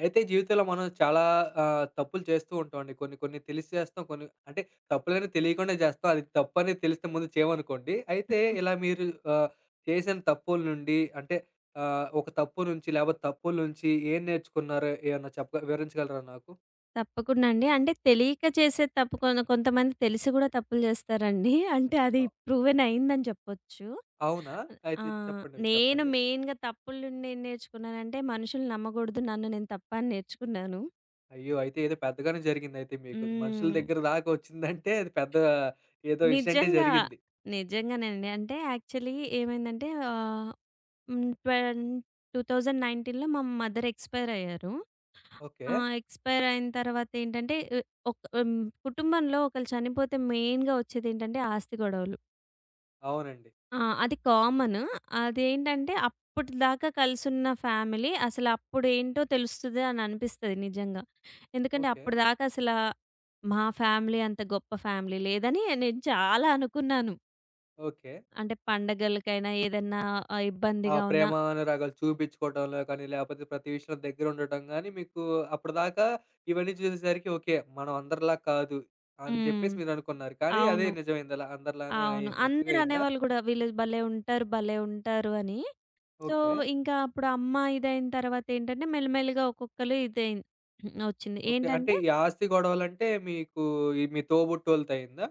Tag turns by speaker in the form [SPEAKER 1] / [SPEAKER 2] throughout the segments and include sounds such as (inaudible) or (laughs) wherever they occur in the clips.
[SPEAKER 1] అయితే జీవితంలో మనం చాలా తప్పులు చేస్తూ ఉంటామండి. కొన్ని కొన్ని తెలిసి చేస్తాం. కొన్ని అంటే తప్పులని తెలియకుండా చేస్తాం. అది తప్పని తెలిస్తే ముందు చేయమనుకోండి. అయితే ఇలా మీరు ఆహ్, చేసిన తప్పుల నుండి అంటే ఒక తప్పు నుంచి లేకపోతే తప్పుల నుంచి ఏం నేర్చుకున్నారో ఏమన్నా చెప్పగ వివరించగలరా నాకు?
[SPEAKER 2] తప్పకుండా అండి. అంటే తెలియక చేసే తప్పు కొంతమంది తెలిసి గూడా తప్పులు జేస్తారండి. (laughs) అంటే అది
[SPEAKER 1] అ
[SPEAKER 2] ప్రూవెన్ అయిందని జెప్పొచ్చు.
[SPEAKER 1] అవునా? అయితే
[SPEAKER 2] ఆహ్,
[SPEAKER 1] చెప్పండి.
[SPEAKER 2] నేను
[SPEAKER 1] చెప్పండి.
[SPEAKER 2] మెయిన్‌గా తప్పుల నుండి ఏం నేర్చుకున్నానంటే మనుషుల్ని నమ్మగూడదు. నన్ను నేను తప్ప అని నేర్చుకున్నాను.
[SPEAKER 1] అయ్యో! అయితే ఏదో పెద్దగానే జరిగిందయితే మీకు. మనుషుల
[SPEAKER 2] హ్మ్.
[SPEAKER 1] దగ్గర దాకా వచ్చిందంటే అది పెద్ద ఏదో ఇన్సిడెంటే
[SPEAKER 2] నిజంగా.
[SPEAKER 1] జరిగింది.
[SPEAKER 2] నిజంగానండి. అంటే యాక్చువల్లీ ఏమైందంటే ఆహ్, హ్మ్. ట్వెన్ 2019లో మా మదర్ ఎక్స్‌పైర్ అయ్యారు.
[SPEAKER 1] ఓకే.
[SPEAKER 2] ఆ! ఎక్స్‌పైర్ అయిన తర్వాత ఏంటంటే ఒక కుటుంబంలో ఒకళ్ళు చనిపోతే మెయిన్‌గా వచ్చేదేంటంటే ఆస్తి గొడవలు.
[SPEAKER 1] అవునండి.
[SPEAKER 2] ఆ! అది కామన్. అదేంటంటే అప్పటిదాకా కలిసున్న ఫ్యామిలీ అసలు అప్పుడేంటో తెలుస్తది అని అనిపిస్తది నిజంగా. ఎందుకంటే
[SPEAKER 1] ఓకే.
[SPEAKER 2] అప్పటిదాకా మా ఫ్యామిలీ అంత గొప్ప ఫ్యామిలీ లేదని నేను చాలా అనుకున్నాను.
[SPEAKER 1] ఓకే.
[SPEAKER 2] అంటే పండగలకైనా ఏదన్నా
[SPEAKER 1] ఆ
[SPEAKER 2] ఇబ్బందిగా ఉన్నా
[SPEAKER 1] ప్రేమ అనురాగాలు చూపించుకోవటంలో కానీ, లేపోతే ప్రతి విషయంలో దగ్గరుండటం గానీ, మీకు అప్పటిదాకా ఇవన్నీ చూసేసరికి ఓకే. మనం అందరిలా కాదు అని
[SPEAKER 2] హ్మ్.
[SPEAKER 1] చెప్పేసి మీరనుకున్నారు. కానీ అదే
[SPEAKER 2] అవును.
[SPEAKER 1] నిజమైంది. అలా అందరిలానే
[SPEAKER 2] అవును.
[SPEAKER 1] అయినట్టుగా
[SPEAKER 2] అందరూ
[SPEAKER 1] అయిందా?
[SPEAKER 2] అనేవాళ్ళు గూడా వీళ్ళు భలే ఉంటారు, భలే ఉంటారు అని. So,
[SPEAKER 1] okay.
[SPEAKER 2] ఇంకా అప్పుడు అమ్మ ఇదయిన తర్వాత ఏంటంటే మెల్లిమెల్లిగా ఒక్కొక్కళ్ళు ఇదయింది. ఒచ్చింది.
[SPEAKER 1] ఓకే. అంటే
[SPEAKER 2] ఏంటంటే
[SPEAKER 1] ఈ ఆస్తి గొడవలంటే మీకు ఈ మీ తోబుట్టోళ్ళతో అయిందా?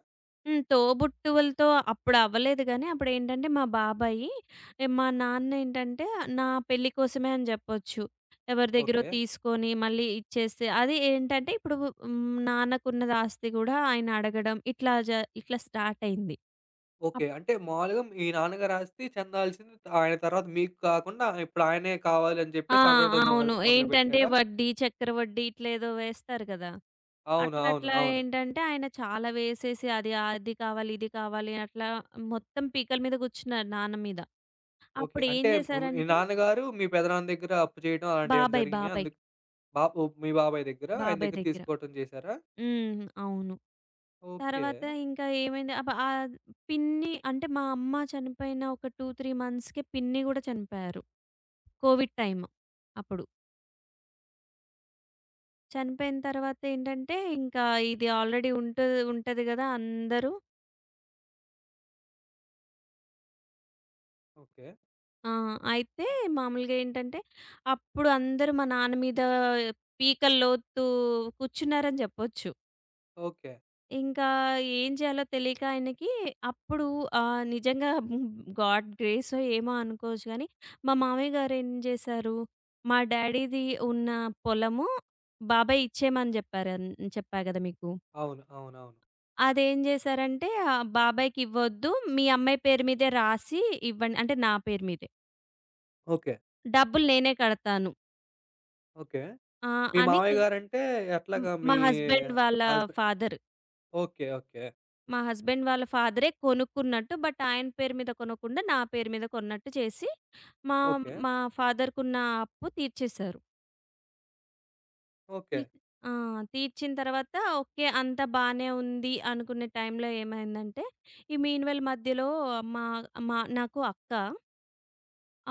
[SPEAKER 2] హ్మ్. తోబుట్టువులతో అప్పుడు అవ్వలేదు గానీ అప్పుడేంటంటే మా బాబాయి మా నాన్నేంటంటే నా పెళ్లి కోసమే అని జెప్పొచ్చు. ఎవరి దగ్గరో
[SPEAKER 1] ఓకే.
[SPEAKER 2] తీసుకొని మళ్ళీ ఇచ్చేస్తే అది ఏంటంటే ఇప్పుడు హ్మ్. నాన్నకున్నది ఆస్తి గూడా ఆయన అడగడం ఇట్లా స్టార్ట్ అయింది.
[SPEAKER 1] ఓకే. అంటే మాములుగా మీ నాన్నగారి ఆస్తి చెందాల్సింది ఆయన తర్వాత మీకు కాకుండా ఇప్పుడు ఆయనే కావాలి అని
[SPEAKER 2] ఆ!
[SPEAKER 1] చెప్పేసి అడగడం
[SPEAKER 2] అవును. ఏంటంటే
[SPEAKER 1] మొదలుపెట్టాడా?
[SPEAKER 2] వడ్డీ, చక్కెర వడ్డీ ఇట్లా ఏదో వేస్తారు కదా!
[SPEAKER 1] అవును.
[SPEAKER 2] అట్లా
[SPEAKER 1] అవును.
[SPEAKER 2] అట్లా
[SPEAKER 1] అవును.
[SPEAKER 2] ఏంటంటే ఆయన చాలా వేసేసి అది అది కావాలి, ఇది కావాలి అట్లా మొత్తం పీకల మీద కూర్చున్నారు నాన్న మీద.
[SPEAKER 1] ఓకే.
[SPEAKER 2] అప్పుడు ఏం
[SPEAKER 1] అంటే హ్మ్. మీ
[SPEAKER 2] చేశారంటే
[SPEAKER 1] నాన్నగారు మీ పెదనాన్న దగ్గర అప్పు చేయడం అలాంటియేమైనా
[SPEAKER 2] బాబాయ్,
[SPEAKER 1] జరిగినియా?
[SPEAKER 2] బాబాయ్,
[SPEAKER 1] అందుకు ఓ మీ బాబాయ్ దగ్గర, ఆయన
[SPEAKER 2] బాబాయ్
[SPEAKER 1] దగ్గర
[SPEAKER 2] దగ్గర.
[SPEAKER 1] తీసుకోవటం చేశారా?
[SPEAKER 2] హ్మ్. అవును.
[SPEAKER 1] ఓకే.
[SPEAKER 2] తర్వాత ఇంకా ఏమైంది పిన్ని అంటే మా అమ్మ చనిపోయిన ఒక 2, 3 మంత్స్‌కే పిన్ని కూడా చనిపోయారు. కోవిడ్ టైమ్ అప్పుడు. చనిపోయిన తర్వాతేంటంటే, ఇంకా ఇది ఆల్రెడీ ఉంటు ఉంటది గదా! అందరూ
[SPEAKER 1] ఓకే.
[SPEAKER 2] ఆ! అయితే మామూలుగా ఏంటంటే, అప్పుడు అందరూ మా నాన్న మీద పీకల లోతు కూర్చున్నారని జెప్పొచ్చు.
[SPEAKER 1] ఓకే.
[SPEAKER 2] ఇంకా ఏం జేయాలో తెలియక ఆయనకి అప్పుడు నిజంగా గాడ్ గ్రేసో ఏమో అనుకోవచ్చు గానీ, మా మామయ్య గారేం జేశారు, మా డ్యాడీది ఉన్న పొలము బాబాయ్ ఇచ్చేయమని జెప్పారన్ చెప్పా గదా మీకు.
[SPEAKER 1] అవును. అవునవును.
[SPEAKER 2] అదేం జేశారంటే, బాబాయ్‌కివ్వొద్దు. మీ అమ్మాయి పేరు మీదే రాసి ఇవ్వండి. అంటే నా పేరు మీదే.
[SPEAKER 1] ఓకే.
[SPEAKER 2] డబ్బులు నేనే కడతాను.
[SPEAKER 1] ఓకే.
[SPEAKER 2] ఆ!
[SPEAKER 1] మీ
[SPEAKER 2] అని
[SPEAKER 1] మామయ్య
[SPEAKER 2] చె
[SPEAKER 1] గారంటే
[SPEAKER 2] హ్మ్.
[SPEAKER 1] ఎట్లాగా
[SPEAKER 2] మా
[SPEAKER 1] మీ
[SPEAKER 2] హస్బెండ్ వాళ్ళ
[SPEAKER 1] హస్బెండ్
[SPEAKER 2] ఫాదర్.
[SPEAKER 1] ఓకే. ఓకే.
[SPEAKER 2] మా హస్బెండ్ వాళ్ళ ఫాదరే కొనుక్కున్నట్టు. బట్ ఆయన పేరు మీద కొనకుండా నా పేరు మీద కొన్నట్టు చేసి, మా
[SPEAKER 1] ఓకే.
[SPEAKER 2] మా ఫాదర్‌కున్న అప్పు తీర్చేశారు. తీ
[SPEAKER 1] ఓకే.
[SPEAKER 2] ఆ! తీర్చిన తర్వాత ఓకే. అంతా బానే ఉంది అనుకునే టైంలో ఏమైందంటే, ఈ మీన్‌వెల్ మధ్యలో మా మా నాకు అక్క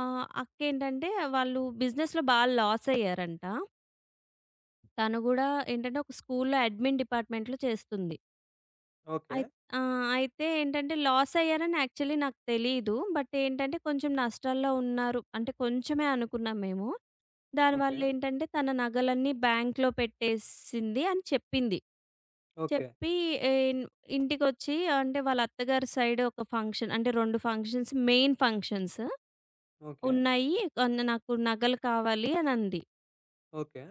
[SPEAKER 2] ఆ! అక్కేంటంటే వాళ్ళు బిజినెస్‌లో లాస్ అయ్యారంట. తను గూడా ఏంటంటే ఒక స్కూల్‌లో అడ్మిన్ డిపార్ట్‌మెంట్‌లో చేస్తుంది. అయి ఆ! అయితే ఏంటంటే లాస్ అయ్యారని యాక్చువల్లీ నాకు తెలీదు. బట్ ఏంటంటే కొంచెం నష్టాల్లో ఉన్నారు. అంటే కొంచెమే అనుకున్నాం మేము.
[SPEAKER 1] ఓకే.
[SPEAKER 2] దానివల్ల ఏంటంటే తన నగలన్నీ బ్యాంక్‌లో పెట్టేసింది అని చెప్పింది.
[SPEAKER 1] ఓకే.
[SPEAKER 2] చెప్పి ఇన్ ఇంటికొచ్చి అంటే వాళ్ళ అత్తగారి సైడ్ ఒక ఫంక్షన్ అంటే 2 ఫంక్షన్స్ మెయిన్ ఫంక్షన్స్
[SPEAKER 1] ఓకే.
[SPEAKER 2] ఉన్నాయి. "నాకు నగలు కావాలి" అని అంది.
[SPEAKER 1] ఓకే. ఓకే.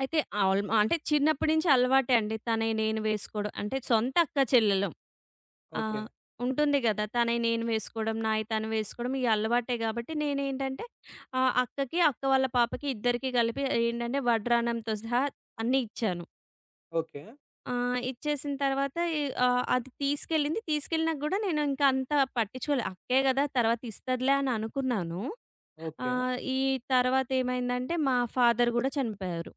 [SPEAKER 2] అయితే అంటే చిన్నప్పటి నుంచి అలవాటే అండి. తనయి నేను వేసుకోవడం. అంటే సొంత అక్క చెల్లెలం.
[SPEAKER 1] ఓకే.
[SPEAKER 2] ఆహ్, ఉంటుంది గదా! తనయి నేను వేసుకోవడం, నాయి తను వేసుకోవడం ఇయి అలవాటే గాబట్టి నేనేంటంటే అక్కకి, అక్క వాళ్ళ పాపకి ఇద్దరికీ కలిపి ఏంటంటే వడ్రానంతో సహా అన్నీ ఇచ్చాను.
[SPEAKER 1] ఓకే.
[SPEAKER 2] ఆహ్, ఇచ్చేసిన తర్వాత ఈ ఆహ్, అది తీసుకెళ్ళింది. తీసుకెళ్ళినా గూడా నేను ఇంకా అంత పట్టించుకోలే. అక్కే గదా! తర్వాత ఇస్తదిలే అని అనుకున్నాను.
[SPEAKER 1] ఓకే.
[SPEAKER 2] ఆహ్, ఈ తర్వాతేమైందంటే మా ఫాదర్ గూడా చనిపోయారు.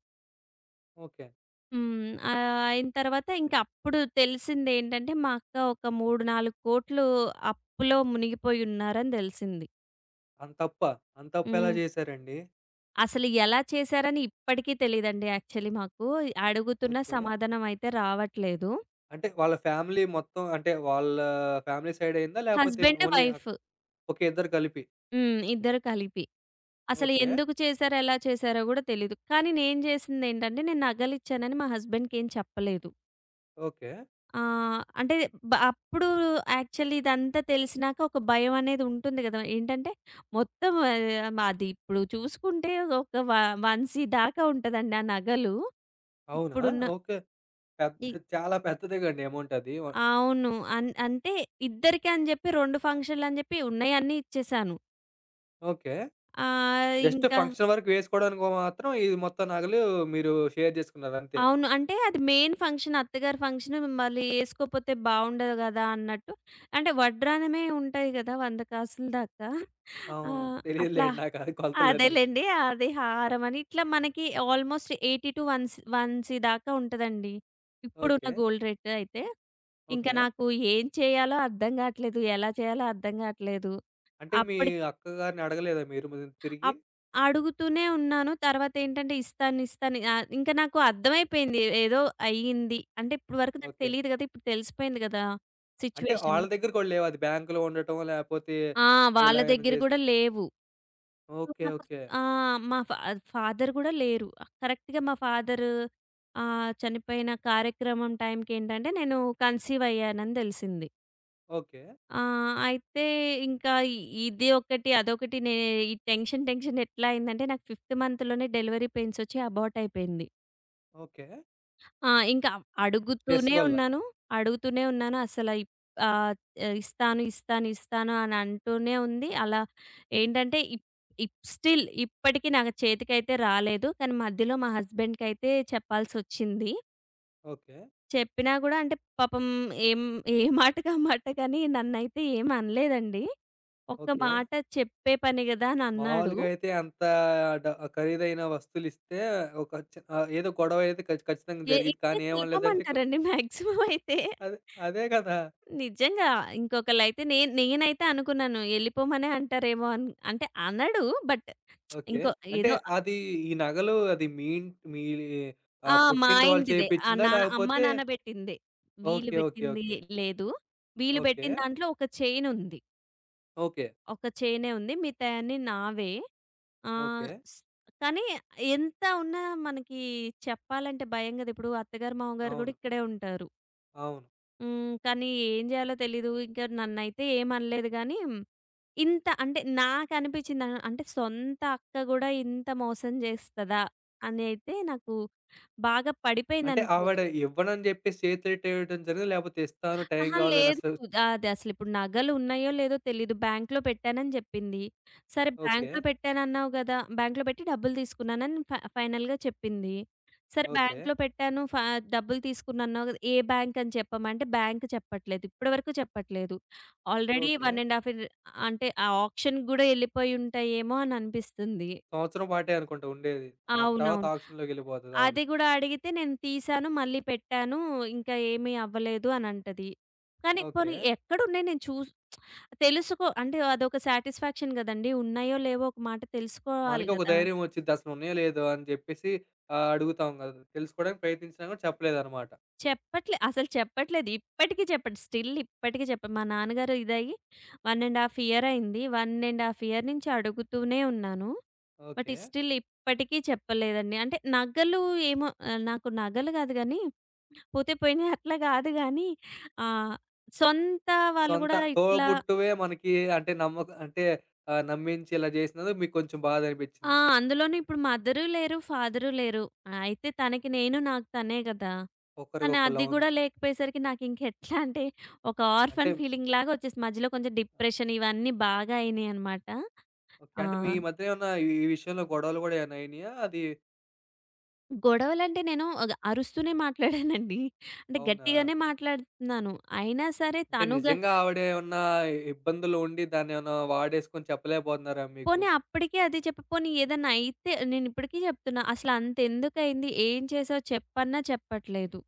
[SPEAKER 1] ఓకే.
[SPEAKER 2] హ్మ్. అయిన తర్వాత ఇంక అప్పుడు తెలిసిందేంటంటే, మా అక్క ఒక 3, 4 కోట్లు అప్పులో మునిగిపోయి ఉన్నారని దెలిసింది.
[SPEAKER 1] అంతప్పా? అంతప్పెలా
[SPEAKER 2] హ్మ్.
[SPEAKER 1] చేశారండి?
[SPEAKER 2] అసలు ఎలా చేశారని ఇప్పటికీ తెలీదండి యాక్చువల్లీ మాకు. అడుగుతున్న
[SPEAKER 1] ఓకే.
[SPEAKER 2] సమాధానం అయితే రావట్లేదు.
[SPEAKER 1] అంటే వాళ్ళ ఫ్యామిలీ మొత్తం అంటే వాళ్ళ ఫ్యామిలీ సైడ్ అయిందా? లేపోతే
[SPEAKER 2] హస్బెండ్,
[SPEAKER 1] ఓన్లీ అక్
[SPEAKER 2] వైఫ్
[SPEAKER 1] ఓకే. ఇద్దరు కలిపి.
[SPEAKER 2] హ్మ్. ఇద్దరు కలిపి. అసలు
[SPEAKER 1] ఓకే.
[SPEAKER 2] ఎందుకు చేశారో, ఎలా చేశారో గూడా తెలీదు. కానీ నేను జేసిందేంటంటే, నేను నగలిచ్చానని మా హస్బెండ్‌కేం చెప్పలేదు.
[SPEAKER 1] ఓకే.
[SPEAKER 2] ఆ! అంటే అప్పుడు యాక్చువల్లీ ఇదంతా తెలిసినాక ఒక భయం అనేది ఉంటుంది గదా! ఏంటంటే మొత్తం అది ఇప్పుడు చూసుకుంటే ఒక వ వంశీ దాకా ఉంటదండి ఆ నగలు.
[SPEAKER 1] అవునా?
[SPEAKER 2] ఇప్పుడున్న
[SPEAKER 1] ఓకే. పెద్
[SPEAKER 2] ఈ
[SPEAKER 1] చాలా పెద్దదే గండి అమౌంట్ అది.
[SPEAKER 2] అవును. అంటే ఇద్దరికి అని జెప్పి 2 ఫంక్షన్‌లు అని జెప్పి ఉన్నయన్నీ ఇచ్చేసాను.
[SPEAKER 1] ఓకే.
[SPEAKER 2] ఆహ్,
[SPEAKER 1] జస్ట్
[SPEAKER 2] ఇంకా
[SPEAKER 1] ఫంక్షన్ వరకు వేసుకోవడానికి మాత్రం ఇది మొత్తం నగలు మీరు షేర్ చేసుకున్నారు అంతే.
[SPEAKER 2] అవును. అంటే అది మెయిన్ ఫంక్షన్ అత్తగారి ఫంక్షన్ మళ్ళీ ఏసుకోపోతే బావుండదు గదా! అన్నట్టు. అంటే వడ్రానమే ఉంటది గదా! 100 కాసుల దాకా. ఆ!
[SPEAKER 1] అవును.
[SPEAKER 2] అట్లా
[SPEAKER 1] తెలీదులేండి నాకు అది కొలతలన్నీ.
[SPEAKER 2] అదేలెండి. అది హారమని ఇట్లా మనకి ఆల్మోస్ట్ 80-1 1 దాకా ఉంటదండి. ఇప్పుడున్న
[SPEAKER 1] ఓకే.
[SPEAKER 2] గోల్డ్ రేట్ అయితే. ఇంక
[SPEAKER 1] ఓకే.
[SPEAKER 2] నాకు ఏం చేయాలో అర్థం గాట్లేదు. ఎలా చేయాలో అర్థం గాట్లేదు.
[SPEAKER 1] అంటే మీ
[SPEAKER 2] అప్పడి
[SPEAKER 1] అక్కగారిని అడగలేదా మీరు మరి తిరిగి?
[SPEAKER 2] అప్ అడుగుతూనే ఉన్నాను. తర్వాతేంటంటే ఇస్తాను, ఇస్తాను ఇంకా నాకు అర్థమైపోయింది. ఏదో అయ్యింది. అంటే ఇప్పటి వరకు నాకు
[SPEAKER 1] ఓకే.
[SPEAKER 2] తెలీదు గదా! ఇప్పుడు తెలిసిపోయింది గదా!
[SPEAKER 1] అంటే
[SPEAKER 2] సిచ్యువేషన్.
[SPEAKER 1] వాళ్ళ దగ్గర కూడా లేవా అది బ్యాంక్‌లో ఉండటం లేపోతే
[SPEAKER 2] ఆ! వాళ్ళ
[SPEAKER 1] ఇలా ఏమైనా
[SPEAKER 2] దగ్గర
[SPEAKER 1] చేసి
[SPEAKER 2] గూడా లేవు. So,
[SPEAKER 1] okay.
[SPEAKER 2] నాకు
[SPEAKER 1] ఓకే.
[SPEAKER 2] ఆహ్, మా ఫా ఫాదర్ గూడా లేరు. కరెక్ట్‌గా మా ఫాదరు చనిపోయిన కార్యక్రమం టైంకేంటంటే, నేను కన్సీవ్ అయ్యానని దెలిసింది.
[SPEAKER 1] ఓకే.
[SPEAKER 2] ఆ! అయితే ఇంకా ఇ- ఇది ఒకటి, అదొకటి నే ఈ టెన్షన్, టెన్షన్ ఎట్లా అయిందంటే, నాకు ఫిఫ్త్ మంత్‌లోనే డెలివరీ పెయిన్స్ ఒచ్చి అబార్ట్ అయిపోయింది.
[SPEAKER 1] ఓకే.
[SPEAKER 2] ఆ! ఇంకా
[SPEAKER 1] స్ట్రెస్
[SPEAKER 2] అడుగుతూనే
[SPEAKER 1] వల్ల.
[SPEAKER 2] ఉన్నాను. అడుగుతూనే ఉన్నాను. ఆహ్, ఇస్తాను, ఇస్తాను, ఇస్తాను అని అంటూనే ఉంది. అలా ఏంటంటే ఇప్ ఇప్ స్టిల్ ఇప్పటికి నా చేతికైతే రాలేదు. కానీ మధ్యలో మా హస్బెండ్‌కైతే చెప్పాల్సొచ్చింది.
[SPEAKER 1] ఓకే.
[SPEAKER 2] చెప్పినా గూడా అంటే పాపం ఏం ఏ మాటకి ఆ మాట కానీ నన్నైతే ఏమి అనలేదండి. ఒక్క
[SPEAKER 1] ఓకే.
[SPEAKER 2] మాట చెప్పే పని గదా! అని అన్నాడు.
[SPEAKER 1] మామూలుగా అయితే అంత డ ఖరీదైన వస్తువులిస్తే ఒక ఏదో గొడవ అయితే ఖచ్చితంగా
[SPEAKER 2] ఏ
[SPEAKER 1] జరిగిద్ది.
[SPEAKER 2] ఇట్లే
[SPEAKER 1] కానీ
[SPEAKER 2] సులభం
[SPEAKER 1] ఏమనలేదంటే
[SPEAKER 2] అంటారండి మాక్సిమం అయితే.
[SPEAKER 1] అదే అదే కదా!
[SPEAKER 2] నిజంగా. ఇంకొకళ్ళైతే నేనైతే అనుకున్నాను ఎళ్ళిపోమనే అంటారేమో అంటే అనడు. But
[SPEAKER 1] okay.
[SPEAKER 2] ఇంకో
[SPEAKER 1] అంటే
[SPEAKER 2] ఏదో
[SPEAKER 1] అది ఈ నగలు అది మీ
[SPEAKER 2] ఆ! మా
[SPEAKER 1] పుట్టింటి వాళ్ళు
[SPEAKER 2] ఇంటిదే. ఆ!
[SPEAKER 1] చేపిచ్చిందా?
[SPEAKER 2] నా అమ్మా,
[SPEAKER 1] లేకపోతే
[SPEAKER 2] నాన్న పెట్టిందే. వీళ్ళు
[SPEAKER 1] ఓకే. ఓకే.
[SPEAKER 2] పెట్టింది
[SPEAKER 1] ఓకే.
[SPEAKER 2] లేదు. వీళ్ళు
[SPEAKER 1] ఓకే.
[SPEAKER 2] పెట్టిన దాంట్లో ఒక చైన్ ఉంది.
[SPEAKER 1] ఓకే.
[SPEAKER 2] ఒక చైనే ఉంది. మిగతాయన్నీ నావే. ఆహ్,
[SPEAKER 1] ఓకే.
[SPEAKER 2] స్ కానీ ఎంత ఉన్నా మనకి చెప్పాలంటే భయం గదా! ఇప్పుడు అత్తగారు, మామగారు గూడా
[SPEAKER 1] అవును.
[SPEAKER 2] ఇక్కడే ఉంటారు.
[SPEAKER 1] అవును.
[SPEAKER 2] హ్మ్. కానీ ఏం జేయాలో తెలీదు. ఇంకా నన్నైతే ఏమనలేదు గానీ, ఇంత అంటే నాకనిపిచ్చింది అంటే సొంత అక్క గూడా ఇంత మోసం జేస్తదా! అని అయితే నాకు బాగా
[SPEAKER 1] అంటే ఆవిడ
[SPEAKER 2] పడిపోయిందనుకోవచ్చు.
[SPEAKER 1] ఇవ్వనని చెప్పేసి చేతులెట్టేయడం జరిగిందా? లేకపోతే ఇస్తాను టైం
[SPEAKER 2] అహా!
[SPEAKER 1] కావాలని
[SPEAKER 2] లేదు.
[SPEAKER 1] అసలు
[SPEAKER 2] అది అసలిప్పుడు నగలు ఉన్నాయో లేదో తెలీదు. బ్యాంక్‌లో పెట్టానని జెప్పింది. సరే
[SPEAKER 1] ఓకే.
[SPEAKER 2] బ్యాంక్‌లో పెట్టానన్నావు గదా! బ్యాంక్‌లో పెట్టి డబ్బులు తీసుకున్నానని ఫైనల్‌గా చెప్పింది. సరే
[SPEAKER 1] ఓకే.
[SPEAKER 2] బ్యాంక్‌లో పెట్టాను. డబ్బులు తీసుకున్నానన్నావు గదా! ఏ బ్యాంక్ అని చెప్పమంటే బ్యాంక్ చెప్పట్లేదు. ఇప్పటి వరకు చెప్పట్లేదు. Already
[SPEAKER 1] okay.
[SPEAKER 2] 1 ½ ఇయర్ అంటే ఆ ఆక్షన్‌కి గూడా ఎళ్ళిపోయి ఉంటాయేమో అని అనిపిస్తుంది.
[SPEAKER 1] సంవత్సరం పాటే అనుకుంటా ఉండేది. ఆ తర్వాత
[SPEAKER 2] అవునవును.
[SPEAKER 1] ఆక్షన్‌లోకెళ్ళిపోతది. అవును.
[SPEAKER 2] అది గూడా అడిగితే నేను తీశాను, మళ్ళీ పెట్టాను. ఇంకా ఏమీ అవ్వలేదు అని అంటది. కానీ
[SPEAKER 1] ఓకే.
[SPEAKER 2] పోనీ ఎక్కడున్నాయి నేను చూస్ తెలుసుకో అంటే అదొక సాటిస్ఫాక్షన్ గదండీ! ఉన్నాయో లేవో ఒక మాట తెలుసుకోవాలి
[SPEAKER 1] మనకి ఒక
[SPEAKER 2] గదా!
[SPEAKER 1] ధైర్యం వచ్చిద్ది. అసలు ఉన్నాయో లేదో అని జెప్పేసి అడుగుతాం గదా! తెలుసుకోవడానికి ప్రయత్నించినా గూడా చెప్పలేదనమాట.
[SPEAKER 2] అసలు చెప్పట్లేదు. ఇప్పటికి చెప్పడు. స్టిల్ ఇప్పటికి చెప్పడు. మా నాన్నగారు ఇదయ్యి 1 ½ ఇయర్ అయింది. 1 ½ ఇయర్ నుంచి అడుగుతూనే ఉన్నాను. But
[SPEAKER 1] okay.
[SPEAKER 2] స్టిల్ ఇప్పటికీ చెప్పలేదండి. అంటే నగలు ఏమో నాకు నగలు గాదు గానీ, పోతే పోయినయి అట్లా గాదు గానీ, ఆహ్, సొంత వాళ్ళు
[SPEAKER 1] సొంత
[SPEAKER 2] గూడా ఇట్లా
[SPEAKER 1] తోబుట్టువే మనకి అంటే నమ్మక అంటే నమ్మించి ఇలా జేసినందుకు మీకు కొంచెం బాధ
[SPEAKER 2] ఆ!
[SPEAKER 1] అనిపిచ్చింది.
[SPEAKER 2] అందులోను ఇప్పుడు మదరు లేరు, ఫాదరు లేరు. అయితే తనకి నేను, నాకు తనే గదా! కానీ
[SPEAKER 1] ఒకరికొకళ్ళు
[SPEAKER 2] అది
[SPEAKER 1] అవును.
[SPEAKER 2] గూడా లేకపోయేసరికి నాకింక ఎట్లా అంటే ఒక
[SPEAKER 1] అంటే
[SPEAKER 2] ఆర్ఫన్ ఫీలింగ్ లాగా వచ్చేసింది. మధ్యలో కొంచెం డిప్రెషన్ ఇవన్నీ బాగా అయినాయనమాట.
[SPEAKER 1] ఓకే.
[SPEAKER 2] ఆ!
[SPEAKER 1] అంటే మీ మధ్య ఏమన్నా ఈ ఈ విషయంలో గొడవలు గూడా ఏమైనా అయినియా? అది
[SPEAKER 2] గొడవలంటే నేను అరుస్తూనే మాట్లాడానండి. అంటే
[SPEAKER 1] అవునా?
[SPEAKER 2] గట్టిగానే మాట్లాడుతున్నాను. అయినా సరే
[SPEAKER 1] అంటే
[SPEAKER 2] తను గ
[SPEAKER 1] నిజంగా ఆవిడేమన్నా ఇబ్బందుల్లో ఉండి దాన్నేమన్నా వాడేసుకొని చెప్పలేకపోతున్నారా మీకు?
[SPEAKER 2] పోనీ అప్పటికే అది చెప్ప పోనీ ఏదన్నా అయితే నేనిప్పటికీ చెప్తున్నా. అసలంతెందుకయింది? ఏం చేసావు చెప్పన్నా చెప్పట్లేదు.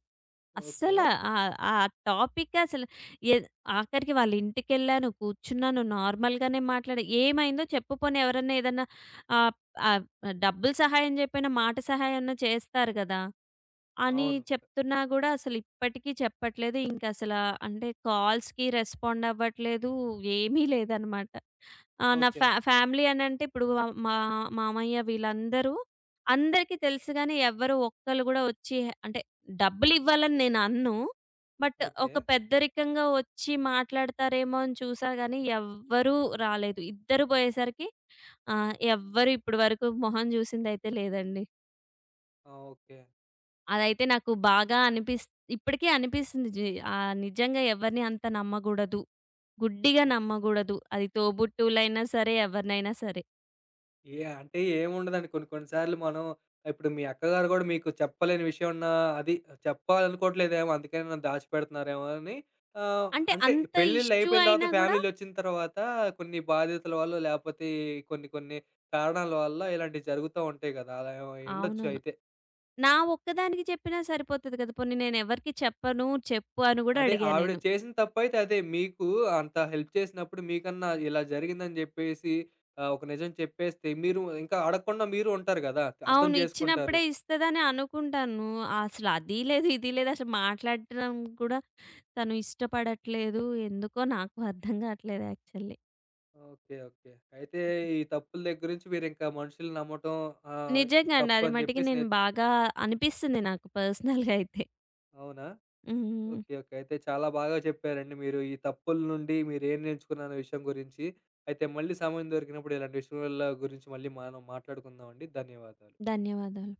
[SPEAKER 1] ఓకే.
[SPEAKER 2] అస్సల ఆహ్, ఆ టాపిక్ అసలు ఏద్ ఆఖరికి వాళ్ళ ఇంటికెళ్ళాను, కూర్చున్నాను, నార్మల్‌గానే మాట్లాడా. ఏమైందో చెప్పు పోనీ ఎవరన్నా ఏదన్నా ఆహ్, ఆహ్, డబ్బులు సహాయం జెప్పైనా మాట సహాయం అన్నా చేస్తారు గదా! అని
[SPEAKER 1] అవును.
[SPEAKER 2] చెప్తున్నా గూడా అసలు ఇప్పటికీ చెప్పట్లేదు. ఇంకసలా అంటే కాల్స్‌కి రెస్పాండ్ అవ్వట్లేదు. ఏమీ లేదనమాట. ఆ! నా
[SPEAKER 1] ఓకే.
[SPEAKER 2] ఫ్యా ఫ్యామిలీ అనంటే ఇప్పుడు మా మామయ్య వీళ్ళందరూ అందరికీ తెలుసు గానీ ఎవ్వరు ఒక్కళ్ళు గూడా వచ్చి అంటే డబ్బులివ్వాలని నేననను. But
[SPEAKER 1] okay.
[SPEAKER 2] ఒక పెద్దరికంగా వచ్చి మాట్లాడతారేమో అని చూసా గానీ ఎవ్వరూ రాలేదు. ఇద్దరు పోయేసరికి ఎవ్వరు ఇప్పటి వరకు మొహం జూసిందయితే లేదండి.
[SPEAKER 1] ఆ! ఓకే.
[SPEAKER 2] అదైతే నాకు బాగా అనిపిస్ ఇప్పటికీ అనిపిస్తుంది నిజంగా ఎవరిని అంత నమ్మగూడదు. గుడ్డిగా
[SPEAKER 1] ఓకే.
[SPEAKER 2] నమ్మగూడదు. అది తోబుట్టువులైనా సరే, ఎవరినైనా సరే.
[SPEAKER 1] ఏ అంటే ఏముండదండి. కొన్ని కొన్ని సార్లు మనం ఇప్పుడు మీ అక్కగారు గూడా మీకు చెప్పలేని విషయం ఉన్నా అది చెప్పాలనుకోవట్లేదేమో అందుకని దాచిపెడుతున్నారేమో అని
[SPEAKER 2] అంటే
[SPEAKER 1] అంటే
[SPEAKER 2] అంత ఇష్యూ
[SPEAKER 1] పెళ్ళిళ్ళయిపోయిన తర్వాత
[SPEAKER 2] అయినా గూడా
[SPEAKER 1] ఫ్యామిలీలొచ్చిన తర్వాత కొన్ని బాధ్యతల వల్లో లేపోతే కొన్ని కొన్ని కారణాల వల్ల ఇలాంటివి జరుగుతా ఉంటాయి గదా! అలా ఏమో అయ్యుండొచ్చు
[SPEAKER 2] అవునవును.
[SPEAKER 1] అయితే.
[SPEAKER 2] నా ఒక్కదానికి చెప్పినా సరిపోతది కదా! పోనీ నేనెవరికీ చెప్పను, చెప్పు అని గూడా
[SPEAKER 1] అదే
[SPEAKER 2] అడిగా
[SPEAKER 1] ఆవిడ
[SPEAKER 2] నేను.
[SPEAKER 1] చేసిన తప్పైతే అదే. మీకు అంత హెల్ప్ చేసినప్పుడు మీకన్నా ఇలా జరిగిందని జెప్పేసి ఒక నిజం చెప్పేస్తే మీరు ఇంకా అడగకుండా మీరు ఉంటారు గదా! అర్థం
[SPEAKER 2] అవును.
[SPEAKER 1] జేసుకుంటారు.
[SPEAKER 2] ఇచ్చినప్పుడే ఇస్తదని అనుకుంటాను. అసలు అది లేదు, ఇది లేదు అసలు మాట్లాడటం కూడా తను ఇష్టపడట్లేదు. ఎందుకో నాకు అర్థం కావట్లేదు యాక్చువల్లీ.
[SPEAKER 1] ఓకే. ఓకే. అయితే ఈ తప్పుల దగ్గర నుంచి మీరింకా మనుషుల్ని నమ్మటం ఆహ్,
[SPEAKER 2] నిజంగా అండి. అది
[SPEAKER 1] తప్పని
[SPEAKER 2] మటికి
[SPEAKER 1] జెప్పేసి
[SPEAKER 2] నేను బాగా అనిపిస్తుంది నాకు పర్సనల్‌గా అయితే.
[SPEAKER 1] అవునా?
[SPEAKER 2] హ్మ్.
[SPEAKER 1] ఓకే. ఓకే. అయితే చాలా బాగా చెప్పారండి మీరు ఈ తప్పుల నుండి మీరేం నేర్చుకున్నారనే విషయం గురించి. అయితే మళ్ళీ సమయం దొరికినప్పుడు ఇలాంటి విషయాల గురించి మళ్ళీ మనం మాట్లాడుకుందామండి. ధన్యవాదాలు.
[SPEAKER 2] ధన్యవాదాలు.